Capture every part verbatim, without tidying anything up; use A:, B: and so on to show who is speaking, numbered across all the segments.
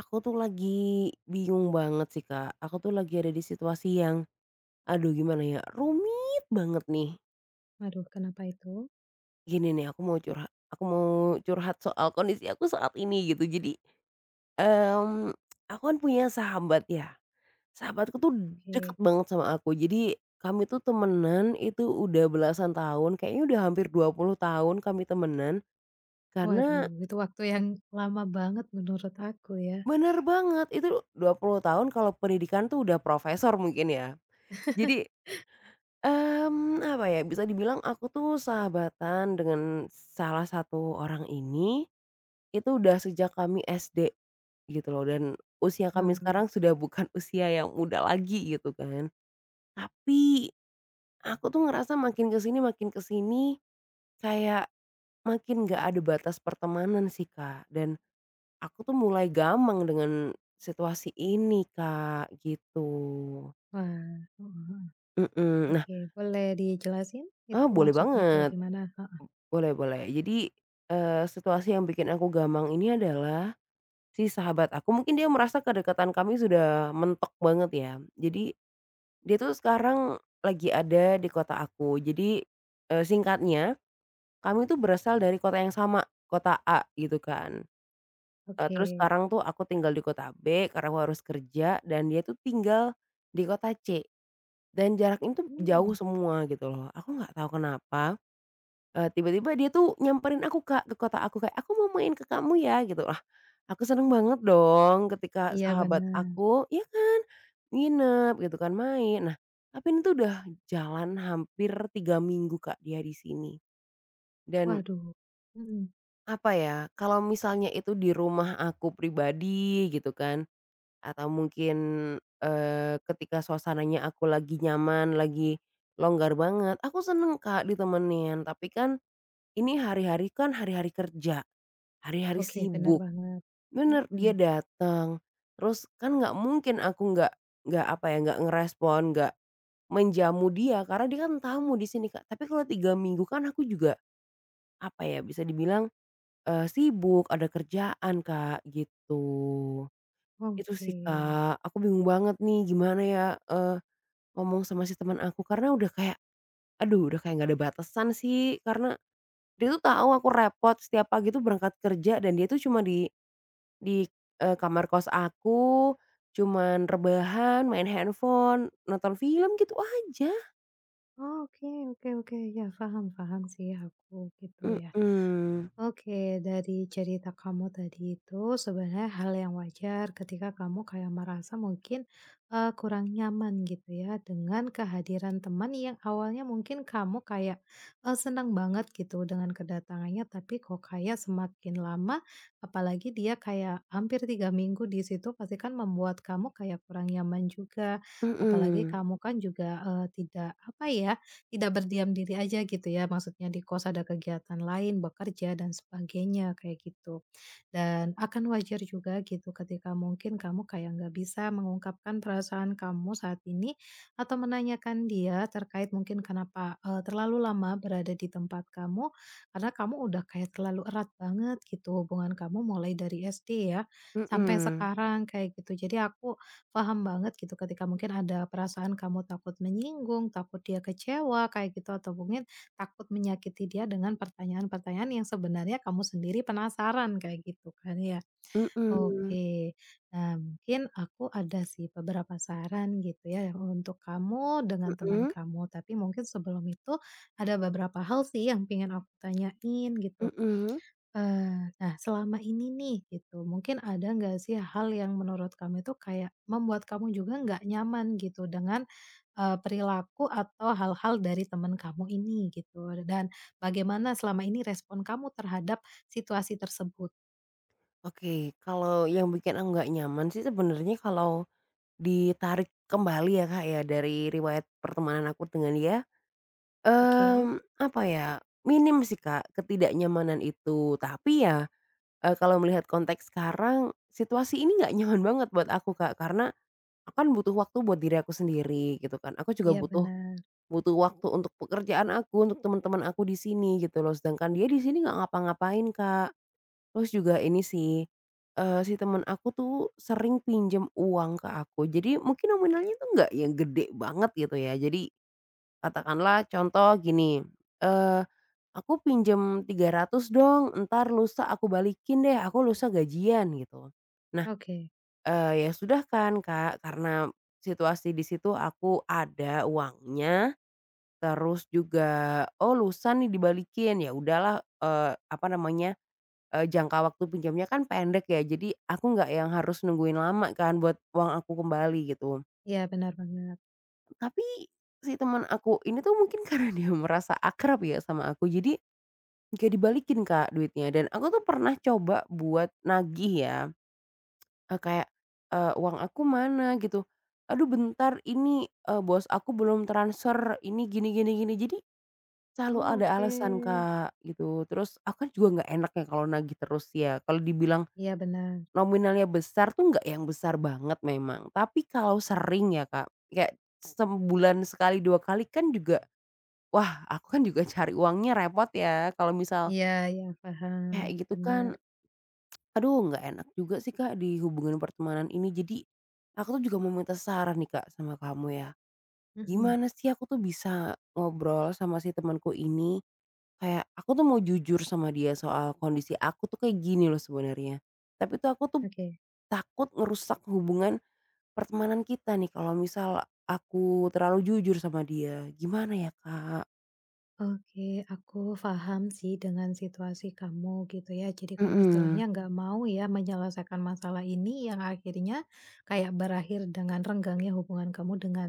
A: Aku tuh lagi bingung banget sih, Kak. Aku tuh lagi ada di situasi yang, aduh gimana ya, rumit banget nih.
B: Waduh, kenapa itu?
A: Gini nih aku mau curhat aku mau curhat soal kondisi aku saat ini gitu. Jadi, mmm, aku kan punya sahabat ya. Sahabatku tuh deket
B: Oke.
A: banget sama aku. Jadi kami tuh temenan itu udah belasan tahun, kayaknya udah hampir dua puluh tahun kami temenan. Karena
B: Waduh, itu waktu yang lama banget menurut aku ya.
A: bener banget, itu dua puluh tahun kalau pendidikan tuh udah profesor mungkin ya. Jadi, Mmm, apa ya, bisa dibilang aku tuh sahabatan dengan salah satu orang ini, itu udah sejak kami S D gitu loh dan usia kami
B: Wah
A: sekarang sudah bukan usia yang muda lagi gitu kan. Tapi aku tuh ngerasa makin ke sini makin ke sini kayak makin nggak ada batas pertemanan sih, Kak, dan aku tuh mulai gamang dengan situasi ini, Kak, gitu.
B: wah, heeh heeh.
A: Mhm. Nah,
B: Oke, boleh dijelasin
A: heeh,
B: itu
A: boleh
B: maksudnya kayak
A: banget.
B: gimana? Heeh,
A: Boleh, boleh. Jadi, eee, situasi yang bikin aku gamang ini adalah si sahabat aku mungkin dia merasa kedekatan kami sudah mentok banget ya. Jadi dia tuh sekarang lagi ada di kota aku. Jadi, eee, singkatnya kami tuh berasal dari kota yang sama, kota A gitu kan. Eee, terus
B: oke.
A: sekarang tuh aku tinggal di kota B karena aku harus kerja dan dia tuh tinggal di kota C dan jarak itu
B: Mmm,
A: jauh semua gitu loh. Aku nggak tahu kenapa. Eee, tiba-tiba dia tuh nyamperin aku Kak, ke kota aku kayak, "Aku mau main ke kamu ya," gitu. Lah, aku seneng banget dong ketika
B: iya
A: sahabat
B: benar.
A: aku ya kan, nginep gitu kan, main. Nah, tapi ini tuh udah jalan hampir tiga minggu Kak dia di sini. Dan
B: Waduh, mhm,
A: apa ya, kalau misalnya itu di rumah aku pribadi gitu kan, atau mungkin, eee, ketika suasananya aku lagi nyaman, lagi longgar banget, aku seneng Kak ditemenin. Tapi kan ini hari-hari kan hari-hari kerja, hari-hari
B: oke, benar
A: sibuk.
B: banget,
A: Bener
B: mhm,
A: dia datang, terus kan nggak mungkin aku nggak nggak apa ya, nggak ngerespon, nggak menjamu dia karena dia kan tamu di sini, Kak. Tapi kalau tiga minggu kan aku juga apa ya, bisa dibilang, eee, sibuk, ada kerjaan, Kak, gitu. Itu
B: oke.
A: sih, Kak, aku bingung banget nih gimana ya, eee, ngomong sama si teman aku karena udah kayak, aduh udah kayak nggak ada batasan sih karena dia tuh tahu aku repot setiap pagi tuh berangkat kerja dan dia tuh cuma di di, eee, kamar kos aku, cuman rebahan, main handphone, nonton film gitu aja.
B: Oh, oke oke oke, ya paham paham sih aku, gitu ya.
A: Mhm,
B: Oke, dari cerita kamu tadi itu sebenarnya hal yang wajar ketika kamu kayak merasa mungkin, eee, kurang nyaman gitu ya dengan kehadiran teman yang awalnya mungkin kamu kayak, eee, senang banget gitu dengan kedatangannya, tapi kok kayak semakin lama, apalagi dia kayak hampir tiga minggu di situ pasti kan membuat kamu kayak kurang nyaman juga. Apalagi
A: mhm,
B: kamu kan juga, eee, tidak apa ya, tidak berdiam diri aja gitu ya, maksudnya di kos ada kegiatan lain, bekerja dan sebagainya kayak gitu. Dan akan wajar juga gitu ketika mungkin kamu kayak nggak bisa mengungkapkan perasaan kamu saat ini atau menanyakan dia terkait mungkin kenapa eh, terlalu lama berada di tempat kamu karena kamu udah kayak terlalu erat banget gitu hubungan kamu mulai dari S D ya sampai
A: mhm,
B: sekarang kayak gitu. Jadi aku paham banget gitu ketika mungkin ada perasaan kamu takut menyinggung, takut dia kecewa kayak gitu atau mungkin takut menyakiti dia dengan pertanyaan-pertanyaan yang sebenarnya kamu sendiri penasaran kayak gitu kan ya.
A: mhm,
B: Oke. Nah, mungkin aku ada sih beberapa saran gitu ya untuk kamu dengan teman
A: mhm,
B: kamu, tapi mungkin sebelum itu ada beberapa hal sih yang pingin aku tanyain gitu.
A: mhm.
B: Eee, nah, selama ini nih gitu, mungkin ada nggak sih hal yang menurut kamu itu kayak membuat kamu juga nggak nyaman gitu dengan, eee, perilaku atau hal-hal dari teman kamu ini gitu? Dan bagaimana selama ini respon kamu terhadap situasi tersebut?
A: Oke, kalau yang bikin aku nggak nyaman sih sebenarnya kalau ditarik kembali ya, Kak, ya dari riwayat pertemanan aku dengan dia,
B: Oke,
A: mmm, apa ya, minim sih, Kak, ketidaknyamanan itu. Tapi ya, Eee, kalau melihat konteks sekarang, situasi ini nggak nyaman banget buat aku, Kak, karena aku kan butuh waktu buat diri aku sendiri gitu kan. Aku juga
B: iya
A: butuh
B: benar.
A: butuh waktu untuk pekerjaan aku, untuk teman-teman aku di sini gitu loh, sedangkan dia di sini nggak ngapa-ngapain, Kak. Terus juga ini sih, eee, si teman aku tuh sering pinjam uang ke aku, jadi mungkin nominalnya tuh nggak yang gede banget gitu ya, jadi katakanlah contoh gini, eee, "Aku pinjem tiga ratus dong, entar lusa aku balikin deh, aku lusa gajian," gitu. Nah,
B: Oke,
A: eee, ya sudah kan, Kak, karena situasi di situ aku ada uangnya, terus juga, "Oh, lusa nih dibalikin," ya udahlah, eee, apa namanya, eee, jangka waktu pinjamnya kan pendek ya, jadi aku nggak yang harus nungguin lama kan buat uang aku kembali gitu.
B: iya benar banget.
A: Tapi si teman aku ini tuh mungkin karena dia merasa akrab ya sama aku, jadi gak dibalikin, Kak, duitnya. Dan aku tuh pernah coba buat nagih ya, eee, kayak, eee, "Uang aku mana?" Gitu, "Aduh bentar ini, eee, bos aku belum transfer, ini gini gini gini." Jadi selalu
B: Oh,
A: ada
B: oke.
A: alasan, Kak, gitu. Terus aku kan juga nggak enak ya kalau nagih terus ya, kalau dibilang
B: Iya benar.
A: nominalnya besar tuh nggak yang besar banget memang, tapi kalau sering ya, Kak, kayak sebulan sekali, dua kali kan juga. Wah, aku kan juga cari uangnya repot ya, kalau misal
B: Iya iya, paham,
A: kayak gitu kan,
B: benar.
A: aduh nggak enak juga sih, Kak, di hubungan pertemanan ini. Jadi, aku tuh juga mau minta saran nih, Kak, sama kamu ya.
B: Mhm,
A: Gimana sih aku tuh bisa ngobrol sama si temanku ini, kayak aku tuh mau jujur sama dia soal kondisi aku tuh kayak gini loh sebenarnya. Tapi tuh aku tuh
B: oke.
A: takut ngerusak hubungan pertemanan kita nih kalau misal aku terlalu jujur sama dia. Gimana ya, Kak?
B: Oke, aku paham sih dengan situasi kamu gitu ya. Jadi kamu
A: Mhm,
B: istilahnya nggak mau ya menyelesaikan masalah ini yang akhirnya kayak berakhir dengan renggangnya hubungan kamu dengan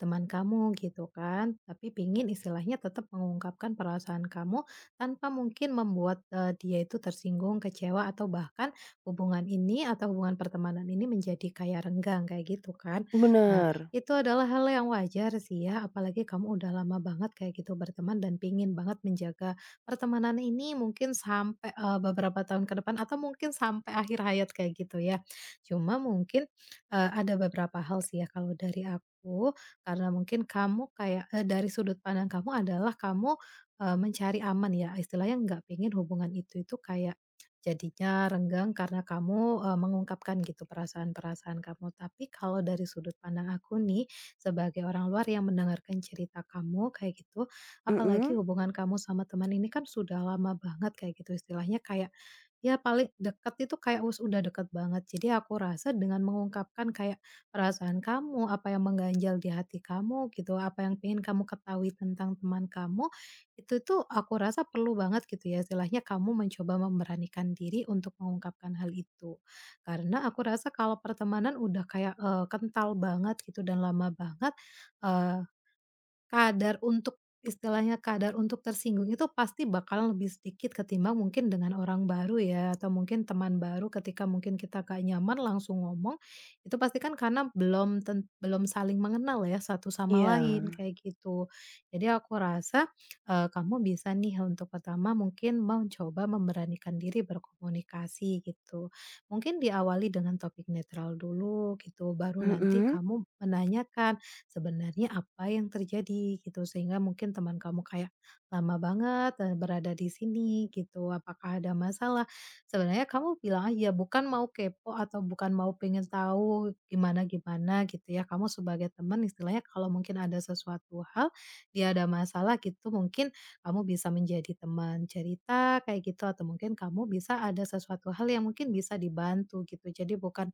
B: teman kamu gitu kan. Tapi pingin istilahnya tetap mengungkapkan perasaan kamu tanpa mungkin membuat eh, dia itu tersinggung, kecewa atau bahkan hubungan ini atau hubungan pertemanan ini menjadi kayak renggang kayak gitu kan. Nah,
A: bener,
B: itu adalah hal yang wajar sih ya, apalagi kamu udah lama banget kayak gitu berteman dan pingin banget menjaga pertemanan ini mungkin sampai, eee, beberapa tahun ke depan atau mungkin sampai akhir hayat kayak gitu ya. Cuma mungkin, eee, ada beberapa hal sih ya kalau dari aku, karena mungkin kamu kayak, eee, dari sudut pandang kamu adalah kamu, eee, mencari aman ya, istilahnya nggak pengen hubungan itu itu kayak jadinya renggang karena kamu, eee, mengungkapkan gitu perasaan-perasaan kamu. Tapi kalau dari sudut pandang aku nih, sebagai orang luar yang mendengarkan cerita kamu kayak gitu, apalagi
A: mhm.
B: hubungan kamu sama teman ini kan sudah lama banget kayak gitu, istilahnya kayak, ya paling deket itu kayak us udah deket banget. Jadi aku rasa dengan mengungkapkan kayak perasaan kamu, apa yang mengganjal di hati kamu gitu, apa yang pengen kamu ketahui tentang teman kamu, itu tuh aku rasa perlu banget gitu ya, istilahnya kamu mencoba memberanikan diri untuk mengungkapkan hal itu. Karena aku rasa kalau pertemanan udah kayak, eee, kental banget gitu dan lama banget, kadar untuk istilahnya kadar untuk tersinggung itu pasti bakalan lebih sedikit ketimbang mungkin dengan orang baru ya, atau mungkin teman baru ketika mungkin kita nggak nyaman langsung ngomong, itu pasti kan karena belum ten belum saling mengenal ya satu sama lain
A: Iya,
B: kayak gitu. Jadi aku rasa, eee, kamu bisa nih untuk pertama mungkin mencoba memberanikan diri berkomunikasi gitu. Mungkin diawali dengan topik netral dulu gitu, baru nanti
A: mhm,
B: kamu menanyakan sebenarnya apa yang terjadi gitu sehingga mungkin teman kamu kayak lama banget eh, berada di sini gitu, apakah ada masalah sebenarnya kamu bilang aja bukan mau kepo atau bukan mau pengen tahu gimana gimana gitu ya, kamu sebagai teman istilahnya kalau mungkin ada sesuatu hal dia ada masalah gitu mungkin kamu bisa menjadi teman cerita kayak gitu atau mungkin kamu bisa ada sesuatu hal yang mungkin bisa dibantu gitu, jadi bukan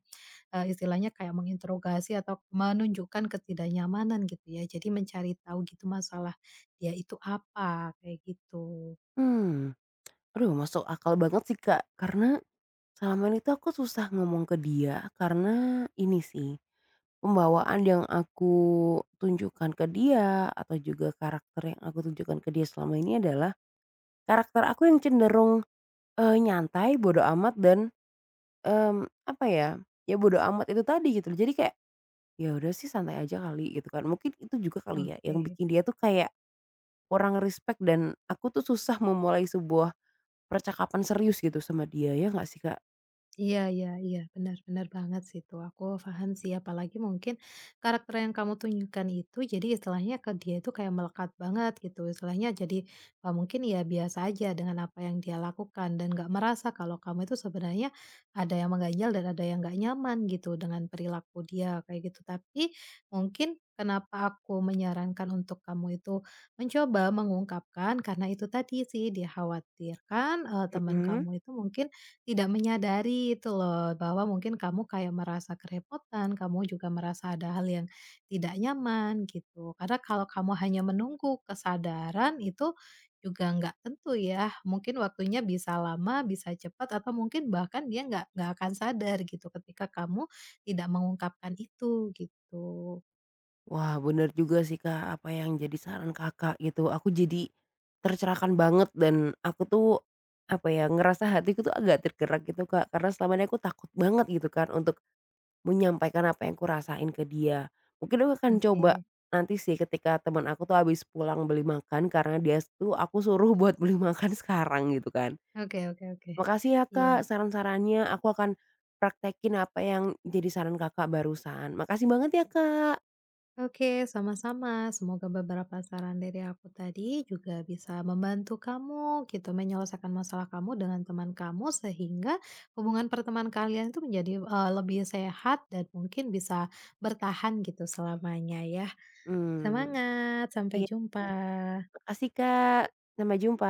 B: Eee, istilahnya kayak menginterogasi atau menunjukkan ketidaknyamanan gitu ya. Jadi mencari tahu gitu masalah dia itu apa, kayak gitu.
A: mmm. Aduh masuk akal banget sih, Kak, karena selama ini tuh aku susah ngomong ke dia karena ini sih, pembawaan yang aku tunjukkan ke dia atau juga karakter yang aku tunjukkan ke dia selama ini adalah karakter aku yang cenderung, eee, nyantai, bodo amat dan, mmm, apa ya, ya bodo amat itu tadi gitu. Jadi kayak, "Ya udah sih santai aja kali," gitu kan. Mungkin itu juga kali ya yang
B: Oke.
A: bikin dia tuh kayak kurang respect dan aku tuh susah memulai sebuah percakapan serius gitu sama dia, ya nggak sih, Kak?
B: Iya iya iya, benar benar banget sih itu, aku paham sih, apalagi mungkin karakter yang kamu tunjukkan itu jadi istilahnya ke dia itu kayak melekat banget gitu, istilahnya jadi, eee, mungkin ya biasa aja dengan apa yang dia lakukan dan nggak merasa kalau kamu itu sebenarnya ada yang mengganjal dan ada yang nggak nyaman gitu dengan perilaku dia kayak gitu. Tapi mungkin kenapa aku menyarankan untuk kamu itu mencoba mengungkapkan, karena itu tadi sih dikhawatirkan, eee, teman
A: Mhm.
B: kamu itu mungkin tidak menyadari itu loh, bahwa mungkin kamu kayak merasa kerepotan, kamu juga merasa ada hal yang tidak nyaman gitu. Karena kalau kamu hanya menunggu kesadaran itu juga nggak tentu ya, mungkin waktunya bisa lama, bisa cepat, atau mungkin bahkan dia nggak nggak akan sadar gitu ketika kamu tidak mengungkapkan itu gitu.
A: Wah, bener juga sih, Kak, apa yang jadi saran Kakak gitu. Aku jadi tercerahkan banget dan aku tuh, apa ya, ngerasa hatiku tuh agak tergerak gitu, Kak, karena selama ini aku takut banget gitu kan untuk menyampaikan apa yang kurasain ke dia. Mungkin aku akan coba
B: Oke,
A: nanti sih ketika teman aku tuh habis pulang beli makan karena dia tuh aku suruh buat beli makan sekarang gitu kan.
B: oke oke oke.
A: Makasih ya
B: Iya.
A: Kak, saran-sarannya, aku akan praktekin apa yang jadi saran Kakak barusan. Makasih banget ya Kak.
B: Oke, sama-sama. Semoga beberapa saran dari aku tadi juga bisa membantu kamu gitu menyelesaikan masalah kamu dengan teman kamu sehingga hubungan pertemanan kalian itu menjadi eh, lebih sehat dan mungkin bisa bertahan gitu selamanya ya.
A: Hmm,
B: Semangat, sampai
A: iya,
B: jumpa.
A: makasih Kak, sampai jumpa.